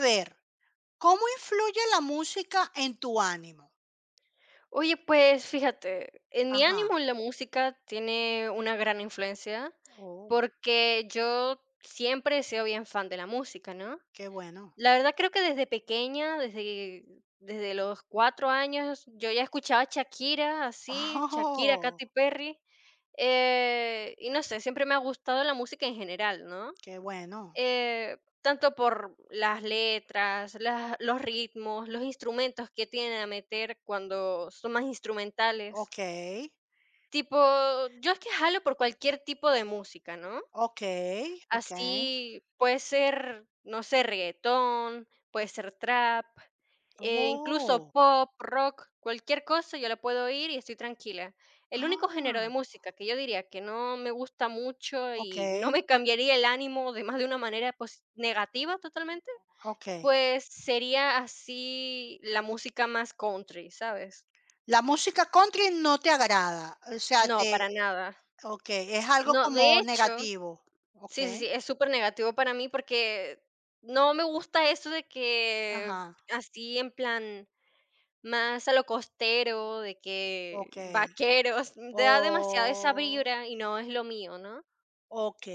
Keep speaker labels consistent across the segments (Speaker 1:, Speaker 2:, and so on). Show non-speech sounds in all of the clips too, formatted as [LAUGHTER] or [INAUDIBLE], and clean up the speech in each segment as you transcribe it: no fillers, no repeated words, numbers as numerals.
Speaker 1: A ver, ¿cómo influye la música en tu ánimo?
Speaker 2: Oye, pues fíjate, en mi
Speaker 1: Ajá.
Speaker 2: ánimo la música tiene una gran influencia
Speaker 1: Oh,
Speaker 2: porque yo siempre he sido bien fan de la música, ¿no?
Speaker 1: qué bueno.
Speaker 2: La verdad creo que desde pequeña, desde los 4 años, yo ya escuchaba Shakira, así, Shakira,
Speaker 1: Oh,
Speaker 2: Katy Perry, y no sé, siempre me ha gustado la música en general, ¿no?
Speaker 1: qué bueno.
Speaker 2: Tanto por las letras, los ritmos, los instrumentos que tienen a meter cuando son más instrumentales.
Speaker 1: Okey,
Speaker 2: Tipo, yo es que jalo por cualquier tipo de música, ¿no?
Speaker 1: okey, okey.
Speaker 2: Así puede ser, no sé, reggaetón, puede ser trap, incluso
Speaker 1: Oh,
Speaker 2: pop, rock, cualquier cosa, yo la puedo oír y estoy tranquila. El único género de
Speaker 1: ah,
Speaker 2: música que yo diría que no me gusta mucho y no
Speaker 1: okey,
Speaker 2: me cambiaría el ánimo de más de una manera negativa totalmente,
Speaker 1: okey.
Speaker 2: pues sería así la música más country, ¿sabes?
Speaker 1: La música country no te agrada, o sea,
Speaker 2: No,
Speaker 1: te
Speaker 2: para nada.
Speaker 1: okey, es algo
Speaker 2: No,
Speaker 1: como
Speaker 2: de hecho,
Speaker 1: negativo.
Speaker 2: sí, sí,
Speaker 1: Okey,
Speaker 2: sí, es súper negativo para mí porque no me gusta eso de que
Speaker 1: ajá,
Speaker 2: así en plan más a lo costero, de que
Speaker 1: okey.
Speaker 2: vaqueros, da demasiada esa
Speaker 1: Oh,
Speaker 2: vibra y no es lo mío, ¿no?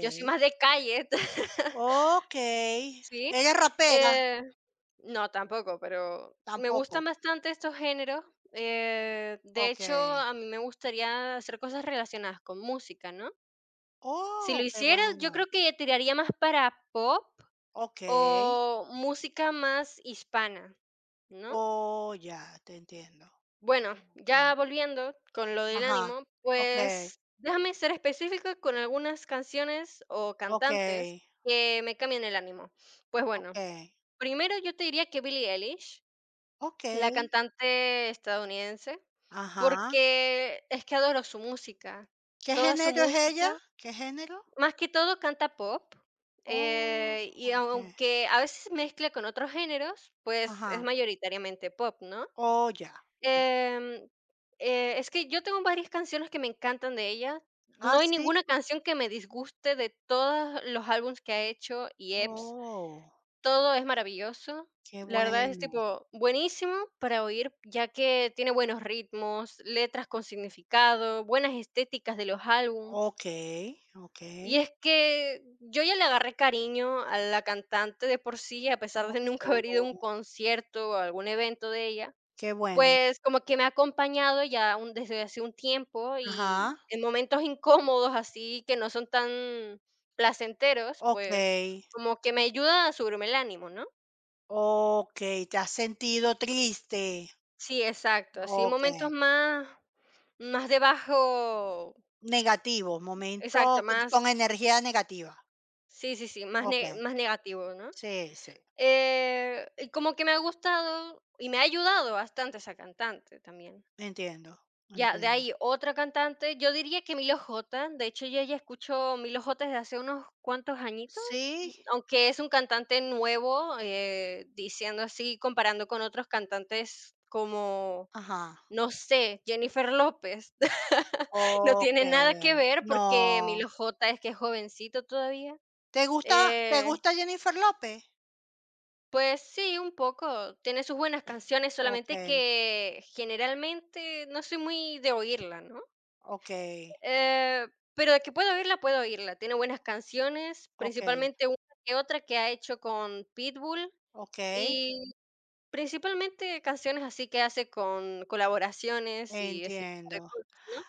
Speaker 2: Yo soy más de calle, [LAUGHS]
Speaker 1: okey.
Speaker 2: ¿sí?
Speaker 1: ¿Eres rapera?
Speaker 2: Eh, no, tampoco, pero me gustan
Speaker 1: Tampoco.
Speaker 2: bastante estos géneros. De hecho,
Speaker 1: Okay.
Speaker 2: a mí me gustaría hacer cosas relacionadas con música, ¿no? Si lo
Speaker 1: Oh, qué
Speaker 2: hiciera, yo creo
Speaker 1: bueno.
Speaker 2: que tiraría más para pop,
Speaker 1: Okay.
Speaker 2: o música más hispana, ¿no?
Speaker 1: Oh, ya, te entiendo.
Speaker 2: Bueno, ya
Speaker 1: Okey.
Speaker 2: volviendo con lo del
Speaker 1: Ajá.
Speaker 2: ánimo,
Speaker 1: Okay.
Speaker 2: pues déjame ser específico con algunas canciones o cantantes
Speaker 1: Okay.
Speaker 2: que me cambian el ánimo. Pues bueno,
Speaker 1: Okay.
Speaker 2: primero yo te diría que Billie Eilish, la
Speaker 1: Okay.
Speaker 2: cantante estadounidense,
Speaker 1: Ajá.
Speaker 2: porque es que adoro su música.
Speaker 1: ¿Qué
Speaker 2: Toda su
Speaker 1: género es ella?
Speaker 2: música.
Speaker 1: ¿Qué género?
Speaker 2: Más que todo canta pop,
Speaker 1: Oh,
Speaker 2: y
Speaker 1: okay.
Speaker 2: aunque a veces mezcla con otros géneros, pues es
Speaker 1: Ajá.
Speaker 2: mayoritariamente pop, ¿no?
Speaker 1: Oh, ya.
Speaker 2: Em, es que yo tengo varias canciones que me encantan de ella.
Speaker 1: Ah,
Speaker 2: No hay
Speaker 1: sí.
Speaker 2: ninguna canción que me disguste de todos los álbumes que ha hecho y EPs.
Speaker 1: Oh,
Speaker 2: Todo es maravilloso.
Speaker 1: qué
Speaker 2: La verdad es
Speaker 1: bueno.
Speaker 2: tipo buenísimo para oír, ya que tiene buenos ritmos, letras con significado, buenas estéticas de los álbumes.
Speaker 1: Okay. Okay.
Speaker 2: Y es que yo ya le agarré cariño a la cantante de por sí, a pesar de [LAUGHS] nunca haber ido a un
Speaker 1: Oh,
Speaker 2: concierto o a algún evento de ella,
Speaker 1: qué bueno.
Speaker 2: pues como que me ha acompañado ya desde hace un tiempo
Speaker 1: Ajá.
Speaker 2: y en momentos incómodos así que no son tan placenteros, pues
Speaker 1: Okay.
Speaker 2: como que me ayuda a subirme el ánimo, ¿no?
Speaker 1: Okay. ¿Te has sentido triste?
Speaker 2: Sí, exacto, así
Speaker 1: Okey,
Speaker 2: momentos más, más de bajo,
Speaker 1: negativo, momento
Speaker 2: exacto, más,
Speaker 1: con energía negativa.
Speaker 2: sí, sí, sí, más,
Speaker 1: Okey,
Speaker 2: más negativo, ¿no?
Speaker 1: sí, sí,
Speaker 2: Y como que me ha gustado y me ha ayudado bastante esa cantante también.
Speaker 1: entiendo,
Speaker 2: Ya, de
Speaker 1: entiendo.
Speaker 2: ahí otra cantante, yo diría que Milo J. De hecho, yo ya escucho Milo J. desde hace unos cuantos añitos,
Speaker 1: Sí,
Speaker 2: aunque es un cantante nuevo, diciendo así, comparando con otros cantantes como,
Speaker 1: ajá,
Speaker 2: no sé, Jennifer López. [LAUGHS] No tiene nada
Speaker 1: okey,
Speaker 2: que ver
Speaker 1: no,
Speaker 2: porque Milo J. es que es jovencito todavía.
Speaker 1: ¿te gusta te
Speaker 2: Eh
Speaker 1: gusta Jennifer López?
Speaker 2: Pues sí, un poco. Tiene sus buenas canciones, solamente
Speaker 1: Okey,
Speaker 2: que generalmente no soy muy de oírla, ¿no?
Speaker 1: okey,
Speaker 2: Eh, pero de que puedo oírla, puedo oírla. Tiene buenas canciones,
Speaker 1: okey,
Speaker 2: principalmente una que otra que ha hecho con Pitbull
Speaker 1: okey,
Speaker 2: y principalmente canciones así que hace con colaboraciones y ese tipo
Speaker 1: entiendo.
Speaker 2: de cosas, ¿no?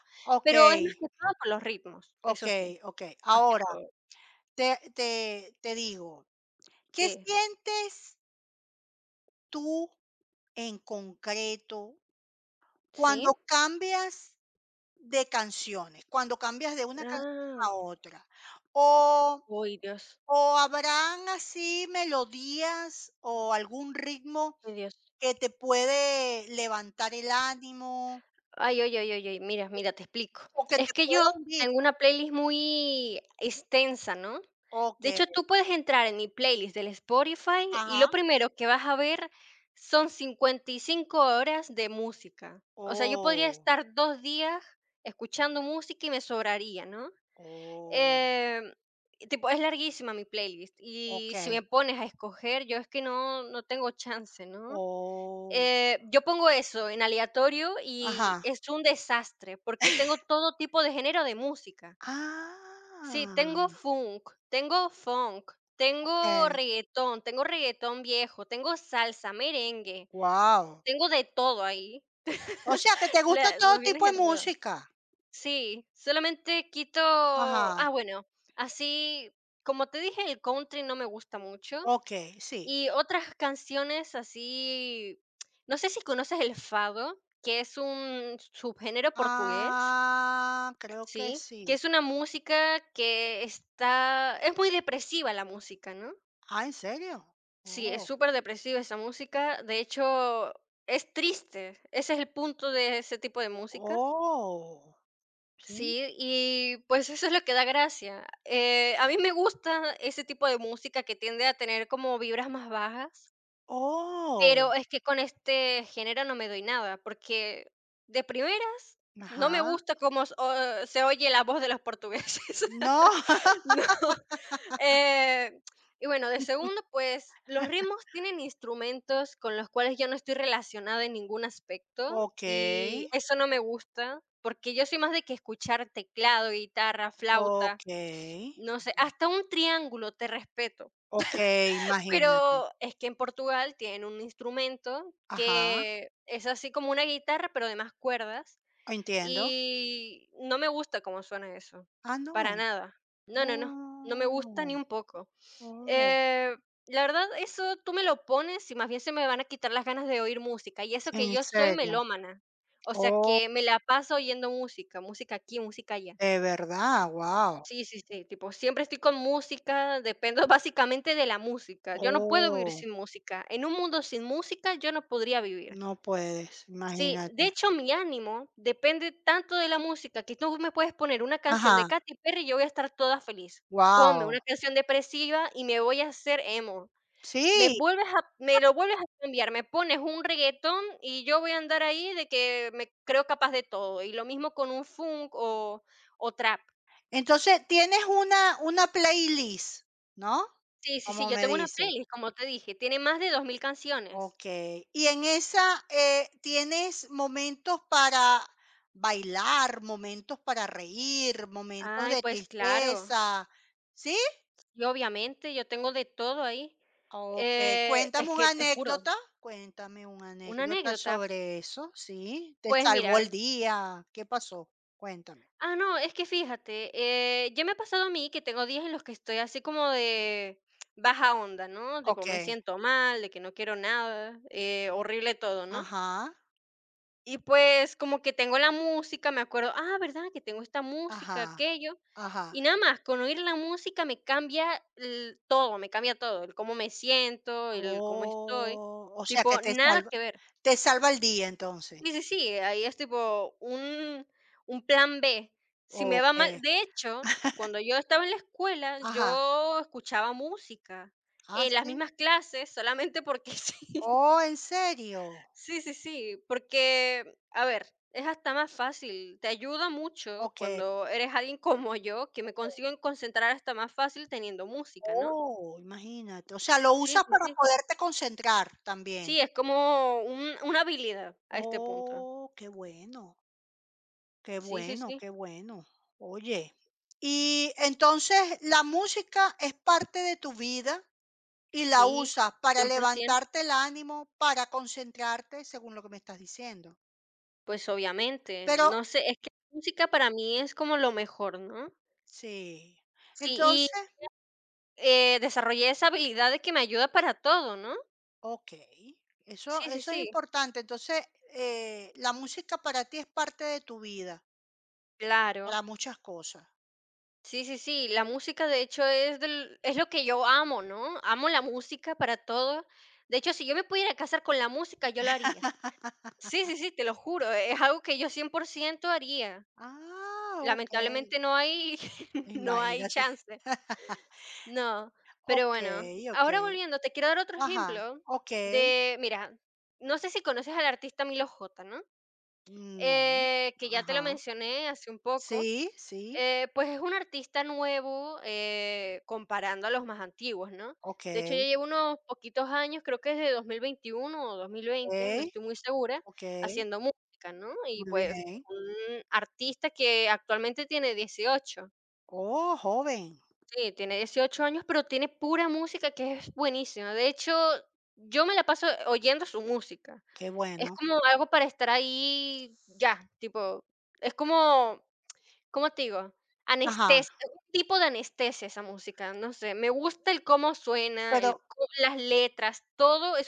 Speaker 2: Pero es más
Speaker 1: Okey,
Speaker 2: que todo con los ritmos, eso
Speaker 1: okey,
Speaker 2: sí,
Speaker 1: okey.
Speaker 2: más que
Speaker 1: Ahora,
Speaker 2: todo.
Speaker 1: te digo, ¿qué
Speaker 2: Sí,
Speaker 1: sientes tú en concreto
Speaker 2: sí.
Speaker 1: cuando cambias de canciones, cuando cambias de una canción
Speaker 2: Ah,
Speaker 1: a otra? O
Speaker 2: uy,
Speaker 1: o, ¿habrán así melodías o algún ritmo
Speaker 2: Dios.
Speaker 1: que te puede levantar el ánimo
Speaker 2: Ay, oy, oy, oy, oy, mira, mira, te explico.
Speaker 1: o que
Speaker 2: Es
Speaker 1: te
Speaker 2: que
Speaker 1: pueda
Speaker 2: yo
Speaker 1: hundir?
Speaker 2: tengo una playlist muy extensa, ¿no? De
Speaker 1: Okey,
Speaker 2: hecho, tú puedes entrar en mi playlist del Spotify y
Speaker 1: ajá.
Speaker 2: lo primero que vas a ver son 55 horas de música. O sea, yo podría
Speaker 1: Oh,
Speaker 2: estar 2 días escuchando música y me sobraría, ¿no?
Speaker 1: oh,
Speaker 2: Em, tipo, es larguísima mi playlist y si
Speaker 1: okey.
Speaker 2: me pones a escoger, yo es que no tengo chance, ¿no?
Speaker 1: Oh,
Speaker 2: Yo pongo eso en aleatorio y
Speaker 1: ajá.
Speaker 2: es un desastre, porque tengo todo tipo de género de música. Sí,
Speaker 1: Ah,
Speaker 2: tengo funk, tengo funk,
Speaker 1: okey.
Speaker 2: tengo reggaetón viejo, tengo salsa, merengue,
Speaker 1: Wow.
Speaker 2: tengo de todo ahí.
Speaker 1: O sea, que
Speaker 2: [LAUGHS]
Speaker 1: te gusta
Speaker 2: La- nos
Speaker 1: todo tipo
Speaker 2: vienes
Speaker 1: de
Speaker 2: enredado.
Speaker 1: música.
Speaker 2: Sí, solamente quito,
Speaker 1: Ajá,
Speaker 2: ah, bueno, así como te dije, el country no me gusta mucho.
Speaker 1: okey, sí.
Speaker 2: Y otras canciones así, no sé si conoces el fado, que es un subgénero portugués,
Speaker 1: Ah, creo que
Speaker 2: ¿sí? Que
Speaker 1: sí.
Speaker 2: es una música que está, es muy depresiva la música, ¿no?
Speaker 1: Ah, ¿en serio?
Speaker 2: Sí, es
Speaker 1: Oh,
Speaker 2: súper depresiva esa música. De hecho, es triste. Ese es el punto de ese tipo de música.
Speaker 1: oh, sí,
Speaker 2: Sí, y pues eso es lo que da gracia. A mí me gusta ese tipo de música que tiende a tener como vibras más bajas.
Speaker 1: oh,
Speaker 2: Pero es que con este género no me doy nada, porque de primeras no me
Speaker 1: ajá,
Speaker 2: gusta cómo s o se oye la voz de los portugueses. [LAUGHS]
Speaker 1: no,
Speaker 2: No, eh, y bueno, de
Speaker 1: [LAUGHS]
Speaker 2: segundo, pues, los ritmos tienen instrumentos con los cuales yo no estoy relacionada en ningún aspecto, y
Speaker 1: okey,
Speaker 2: eso no me gusta, porque yo soy más de que escuchar teclado, guitarra, flauta,
Speaker 1: okey,
Speaker 2: no sé, hasta un triángulo te respeto.
Speaker 1: okey, imagínate,
Speaker 2: Pero es que en Portugal tienen un instrumento
Speaker 1: ajá,
Speaker 2: que es así como una guitarra, pero de más cuerdas,
Speaker 1: entiendo.
Speaker 2: y no me gusta cómo suena eso,
Speaker 1: Ah,
Speaker 2: para
Speaker 1: no,
Speaker 2: nada. No, no, no, no me gusta
Speaker 1: oh,
Speaker 2: ni un poco.
Speaker 1: oh,
Speaker 2: Eh, la verdad, eso tú me lo pones y más bien se me van a quitar las ganas de oír música, y eso que
Speaker 1: ¿en
Speaker 2: yo soy
Speaker 1: serio?
Speaker 2: melómana, o sea
Speaker 1: Oh,
Speaker 2: que me la paso oyendo música, música aquí, música allá.
Speaker 1: ¿de verdad? Wow.
Speaker 2: Sí, sí, sí, tipo, siempre estoy con música, dependo [LAUGHS] básicamente de la música. Yo no puedo vivir
Speaker 1: Oh,
Speaker 2: sin música. En un mundo sin música yo no podría vivir.
Speaker 1: no puedes,
Speaker 2: Sí, de
Speaker 1: imagínate,
Speaker 2: hecho mi ánimo depende tanto de la música que tú me puedes poner una canción de
Speaker 1: ajá,
Speaker 2: Katy Perry y yo voy a estar toda feliz. Ponme una
Speaker 1: wow.
Speaker 2: canción depresiva y me voy a hacer emo. Me
Speaker 1: Sí.
Speaker 2: vuelves a, me lo vuelves a cambiar, me pones un reggaetón y yo voy a andar ahí de que me creo capaz de todo. Y lo mismo con un funk, o trap.
Speaker 1: Entonces, tienes una playlist, ¿no?
Speaker 2: Sí, sí, sí,
Speaker 1: Como
Speaker 2: yo
Speaker 1: me
Speaker 2: tengo una
Speaker 1: dice.
Speaker 2: playlist, como te dije, tiene más de 2.000 canciones.
Speaker 1: Okey. Y en esa, ¿tienes momentos para bailar, momentos para reír, momentos
Speaker 2: Ay,
Speaker 1: de
Speaker 2: pues claro,
Speaker 1: tristeza? ¿Sí?
Speaker 2: y obviamente yo tengo de todo ahí.
Speaker 1: Okey.
Speaker 2: Es que te juro,
Speaker 1: Cuéntame una
Speaker 2: una
Speaker 1: anécdota
Speaker 2: anécdota,
Speaker 1: sobre eso, sí. ¿Te
Speaker 2: pues
Speaker 1: salvó
Speaker 2: mira,
Speaker 1: el día? ¿Qué pasó? Cuéntame.
Speaker 2: ah, no, es que fíjate, ya me ha pasado a mí que tengo días en los que estoy así como de [TSK] baja onda, ¿no? Tipo, me
Speaker 1: Okey.
Speaker 2: siento mal, de que no quiero nada, horrible todo, ¿no?
Speaker 1: Ajá,
Speaker 2: Y pues, como que tengo la música, me acuerdo, ah, ¿verdad? Que tengo esta música,
Speaker 1: ajá,
Speaker 2: aquello.
Speaker 1: ajá.
Speaker 2: Y nada más, con oír la música me cambia todo, me cambia todo, el cómo me siento, el cómo estoy.
Speaker 1: Oh, o sea que
Speaker 2: Tipo,
Speaker 1: te
Speaker 2: nada
Speaker 1: salva
Speaker 2: que ver.
Speaker 1: te salva el día entonces.
Speaker 2: Sí, sí, sí, ahí es tipo un plan B. Si me va
Speaker 1: Okey.
Speaker 2: mal, de hecho, cuando yo estaba en la escuela,
Speaker 1: Ajá.
Speaker 2: yo escuchaba música
Speaker 1: Ah,
Speaker 2: en las
Speaker 1: sí.
Speaker 2: mismas clases, solamente porque [LAUGHS] sí.
Speaker 1: Oh, ¿en serio?
Speaker 2: Sí, sí, sí, porque, a ver, es hasta más fácil, te ayuda mucho
Speaker 1: Okey.
Speaker 2: cuando eres alguien como yo, que me consigo en concentrar hasta más fácil teniendo música, ¿no?
Speaker 1: Oh, imagínate. O sea, lo
Speaker 2: Sí,
Speaker 1: usas
Speaker 2: sí,
Speaker 1: para
Speaker 2: sí.
Speaker 1: poderte concentrar también.
Speaker 2: Sí, es como una habilidad a este punto.
Speaker 1: Oh, qué bueno, qué
Speaker 2: Sí, sí,
Speaker 1: bueno,
Speaker 2: sí.
Speaker 1: qué bueno. Oye, y entonces, la música es parte de tu vida y la
Speaker 2: Sí,
Speaker 1: usas para
Speaker 2: 100%.
Speaker 1: levantarte el ánimo, para concentrarte, según lo que me estás diciendo.
Speaker 2: Pues obviamente,
Speaker 1: Pero
Speaker 2: no sé, es que la música para mí es como lo mejor, ¿no?
Speaker 1: sí.
Speaker 2: Sí, y
Speaker 1: Entonces,
Speaker 2: desarrollé esa habilidad de que me ayuda para todo, ¿no?
Speaker 1: okey, eso
Speaker 2: Sí, sí,
Speaker 1: eso es
Speaker 2: sí,
Speaker 1: importante. Entonces, la música para ti es parte de tu vida,
Speaker 2: claro.
Speaker 1: para muchas cosas.
Speaker 2: Sí, sí, sí, la música de hecho es del es lo que yo amo, ¿no? Amo la música para todo. De hecho, si yo me pudiera casar con la música, yo lo haría.
Speaker 1: [LAUGHS]
Speaker 2: Sí, sí, sí, te lo juro, es algo que yo 100% haría.
Speaker 1: Ah, okey.
Speaker 2: Lamentablemente no hay [LAUGHS] no hay
Speaker 1: Imagínate.
Speaker 2: chance.
Speaker 1: [LAUGHS]
Speaker 2: No, pero bueno,
Speaker 1: Okey,
Speaker 2: ahora
Speaker 1: okey.
Speaker 2: volviendo, te quiero dar otro
Speaker 1: Ajá,
Speaker 2: ejemplo
Speaker 1: okey.
Speaker 2: de mira, no sé si conoces al artista Milo J, ¿no?
Speaker 1: No.
Speaker 2: Que ya te lo
Speaker 1: Ajá.
Speaker 2: mencioné hace un poco.
Speaker 1: Sí, sí.
Speaker 2: Pues es un artista nuevo, comparando a los más antiguos, ¿no? De hecho, ya
Speaker 1: Okey,
Speaker 2: llevo unos poquitos años, creo que desde 2021 o 2020, no
Speaker 1: okey,
Speaker 2: estoy muy segura,
Speaker 1: okey.
Speaker 2: haciendo música, ¿no? Y
Speaker 1: Muy
Speaker 2: pues
Speaker 1: bien.
Speaker 2: un artista que actualmente tiene 18,
Speaker 1: Oh, joven,
Speaker 2: sí, tiene 18 años, pero tiene pura música que es buenísima. De hecho, yo me la paso oyendo su música.
Speaker 1: qué
Speaker 2: Es
Speaker 1: bueno.
Speaker 2: como algo para estar ahí ya, tipo, es como, ¿cómo te digo?
Speaker 1: Ajá,
Speaker 2: Anestesia, un tipo de anestesia esa música, no sé, me gusta el cómo suena,
Speaker 1: pero
Speaker 2: el có las letras, todo es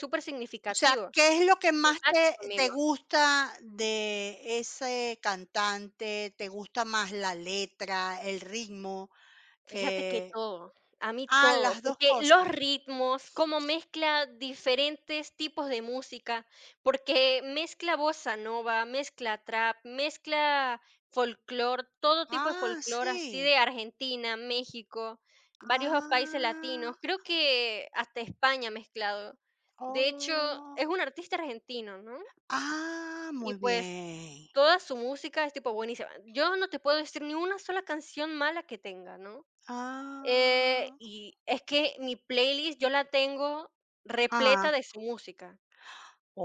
Speaker 1: o sea,
Speaker 2: supersignificativo,
Speaker 1: ¿qué es lo que más te
Speaker 2: impacta
Speaker 1: te
Speaker 2: conmigo.
Speaker 1: gusta de ese cantante? ¿Te gusta más la letra, el ritmo?
Speaker 2: Fíjate que
Speaker 1: Eh,
Speaker 2: todo, a mí
Speaker 1: ah,
Speaker 2: todo,
Speaker 1: las dos
Speaker 2: porque los
Speaker 1: cosas.
Speaker 2: ritmos, cómo mezcla diferentes tipos de música, porque mezcla bossa nova, mezcla trap, mezcla folclore, todo tipo de
Speaker 1: Ah,
Speaker 2: folclore, así
Speaker 1: sí.
Speaker 2: de Argentina, México, varios países
Speaker 1: Ah,
Speaker 2: latinos, creo que hasta España mezclado. De hecho,
Speaker 1: oh.
Speaker 2: es un artista argentino, ¿no?
Speaker 1: Ah,
Speaker 2: Y
Speaker 1: muy
Speaker 2: pues
Speaker 1: bien.
Speaker 2: toda su música es tipo buenísima. Yo no te puedo decir ni una sola canción mala que tenga, ¿no?
Speaker 1: Ah,
Speaker 2: Y es que mi playlist yo la tengo
Speaker 1: ah,
Speaker 2: repleta de su música,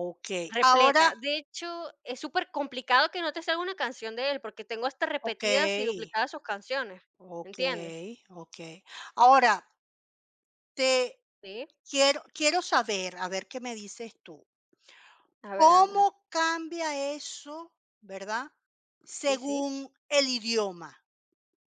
Speaker 1: okey. Ahora
Speaker 2: repleta. De hecho, es súper complicado que no te salga una canción de él, porque tengo hasta repetidas y
Speaker 1: okey,
Speaker 2: duplicadas sus canciones, ¿entiendes?
Speaker 1: okey, okey. Ahora te
Speaker 2: Sí.
Speaker 1: quiero saber, a ver qué me dices tú.
Speaker 2: A ver, anda.
Speaker 1: ¿Cómo cambia eso, verdad?
Speaker 2: Sí, sí.
Speaker 1: Según el idioma,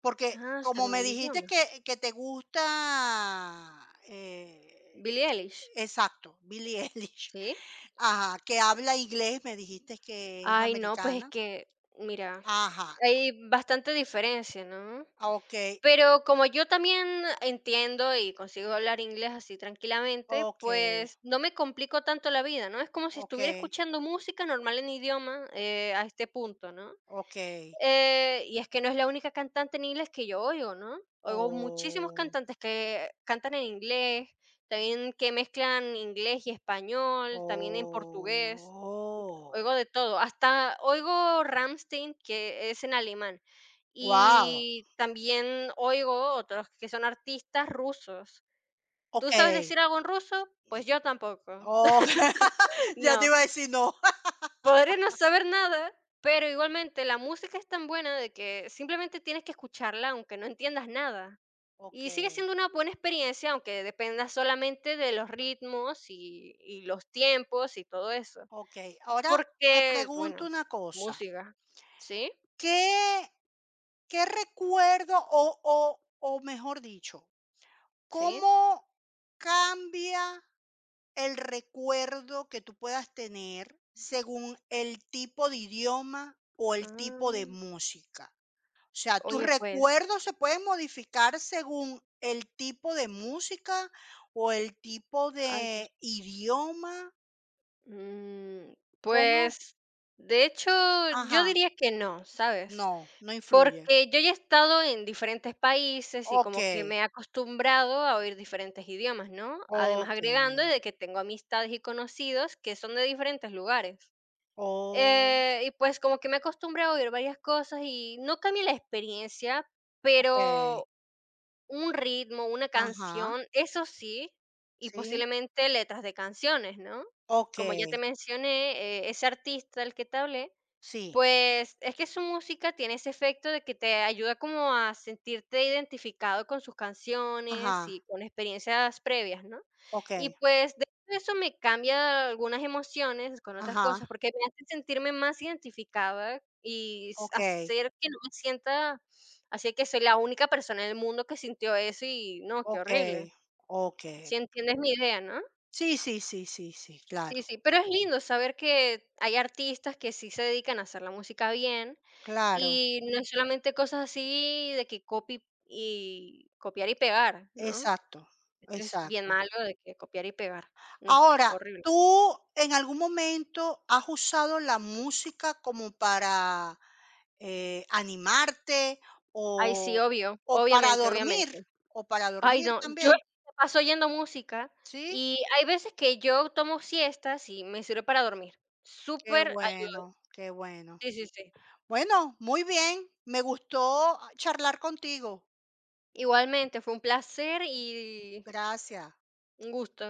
Speaker 1: porque
Speaker 2: Ah,
Speaker 1: como
Speaker 2: según
Speaker 1: me
Speaker 2: el
Speaker 1: dijiste
Speaker 2: idioma.
Speaker 1: que te gusta,
Speaker 2: Billie Eilish.
Speaker 1: exacto, Billie Eilish,
Speaker 2: Sí.
Speaker 1: [LAUGHS] ajá, que habla inglés, me dijiste que es
Speaker 2: Ay, no, pues es
Speaker 1: americana,
Speaker 2: que, mira,
Speaker 1: ajá,
Speaker 2: hay bastante diferencia, ¿no?
Speaker 1: okey,
Speaker 2: Pero como yo también entiendo y consigo hablar inglés así tranquilamente,
Speaker 1: okey,
Speaker 2: pues no me complico tanto la vida, ¿no? Es como si estuviera
Speaker 1: okey,
Speaker 2: escuchando música normal en idioma a este punto, ¿no?
Speaker 1: okey, okey,
Speaker 2: Y es que no es la única cantante en inglés que yo oigo, ¿no? Oigo muchísimos
Speaker 1: oh.
Speaker 2: cantantes que cantan en inglés, también que mezclan inglés y español, también en portugués.
Speaker 1: Oh,
Speaker 2: Oigo de todo, hasta oigo Rammstein, que es en alemán,
Speaker 1: wow.
Speaker 2: y también oigo otros que son artistas rusos. ¿Tú sabes
Speaker 1: Okay,
Speaker 2: decir algo en ruso? Pues yo tampoco.
Speaker 1: okey, [LAUGHS]
Speaker 2: [LAUGHS]
Speaker 1: ya te
Speaker 2: No,
Speaker 1: iba a decir no.
Speaker 2: podré no saber nada, pero igualmente la música es tan buena de que simplemente tienes que escucharla aunque no entiendas nada.
Speaker 1: [LAUGHS]
Speaker 2: Y sigue
Speaker 1: Okey,
Speaker 2: siendo una buena experiencia, aunque dependa solamente de los ritmos y los tiempos y todo eso.
Speaker 1: okey. Ahora te
Speaker 2: Porque,
Speaker 1: pregunto
Speaker 2: bueno,
Speaker 1: una cosa,
Speaker 2: música, ¿sí?
Speaker 1: ¿qué qué recuerdo o mejor dicho,
Speaker 2: ¿Sí?
Speaker 1: cómo cambia el recuerdo que tú puedas tener según el tipo de idioma o el tipo de
Speaker 2: Ah,
Speaker 1: música? O sea, tus
Speaker 2: oye, pues,
Speaker 1: recuerdos se pueden modificar según el tipo de música o el tipo
Speaker 2: ay, Dios.
Speaker 1: de idioma.
Speaker 2: Mm,
Speaker 1: ¿Cómo?
Speaker 2: pues, de hecho,
Speaker 1: Ajá,
Speaker 2: yo diría que no, ¿sabes?
Speaker 1: no, no influye.
Speaker 2: Porque yo ya he estado en diferentes países y como
Speaker 1: Okey,
Speaker 2: que me he acostumbrado a oír diferentes idiomas, ¿no? Además, agregando
Speaker 1: okey.
Speaker 2: de que tengo amistades y conocidos que son de diferentes lugares.
Speaker 1: Oh,
Speaker 2: Y pues como que me acostumbré a oír varias cosas y no cambia la experiencia,
Speaker 1: okey.
Speaker 2: pero un ritmo, una
Speaker 1: Ajá,
Speaker 2: canción, eso sí, y
Speaker 1: sí.
Speaker 2: posiblemente letras de canciones, ¿no? Como ya te
Speaker 1: Okey,
Speaker 2: mencioné, ese artista del que te hablé,
Speaker 1: sí.
Speaker 2: pues, es que su música tiene ese efecto de que te ayuda como a sentirte identificado con sus canciones y
Speaker 1: Ajá,
Speaker 2: con experiencias previas, ¿no? Y
Speaker 1: okey.
Speaker 2: pues, de eso me cambia algunas emociones con otras
Speaker 1: Ajá,
Speaker 2: cosas, porque me hace sentirme más identificada y s
Speaker 1: okey,
Speaker 2: hacer que no me sienta así que soy la única persona en el mundo que sintió eso y no, qué
Speaker 1: okey,
Speaker 2: horrible.
Speaker 1: okey.
Speaker 2: Si entiendes mi idea, ¿no?
Speaker 1: Sí, sí, sí, sí, sí,
Speaker 2: Sí,
Speaker 1: claro,
Speaker 2: sí, pero es lindo saber que hay artistas que sí se dedican a hacer la música bien
Speaker 1: claro.
Speaker 2: y no es solamente cosas así de que copy y copiar y pegar, ¿no?
Speaker 1: Exacto,
Speaker 2: Esto es bien
Speaker 1: exacto.
Speaker 2: malo de que copiar y pegar. No,
Speaker 1: Ahora,
Speaker 2: horrible.
Speaker 1: ¿tú en algún momento has usado la música como para, animarte
Speaker 2: Ay, sí,
Speaker 1: o
Speaker 2: obvio,
Speaker 1: o para
Speaker 2: obviamente,
Speaker 1: dormir
Speaker 2: obviamente.
Speaker 1: o para
Speaker 2: Ay,
Speaker 1: dormir
Speaker 2: no, yo
Speaker 1: también?
Speaker 2: me paso oyendo música
Speaker 1: ¿Sí?
Speaker 2: y hay veces que yo tomo siestas y me sirve para dormir.
Speaker 1: Qué
Speaker 2: Súper ayuda.
Speaker 1: bueno, qué bueno.
Speaker 2: Sí, sí, sí.
Speaker 1: Bueno, muy bien, me gustó charlar contigo.
Speaker 2: Igualmente, fue un placer y
Speaker 1: Gracias.
Speaker 2: un gusto.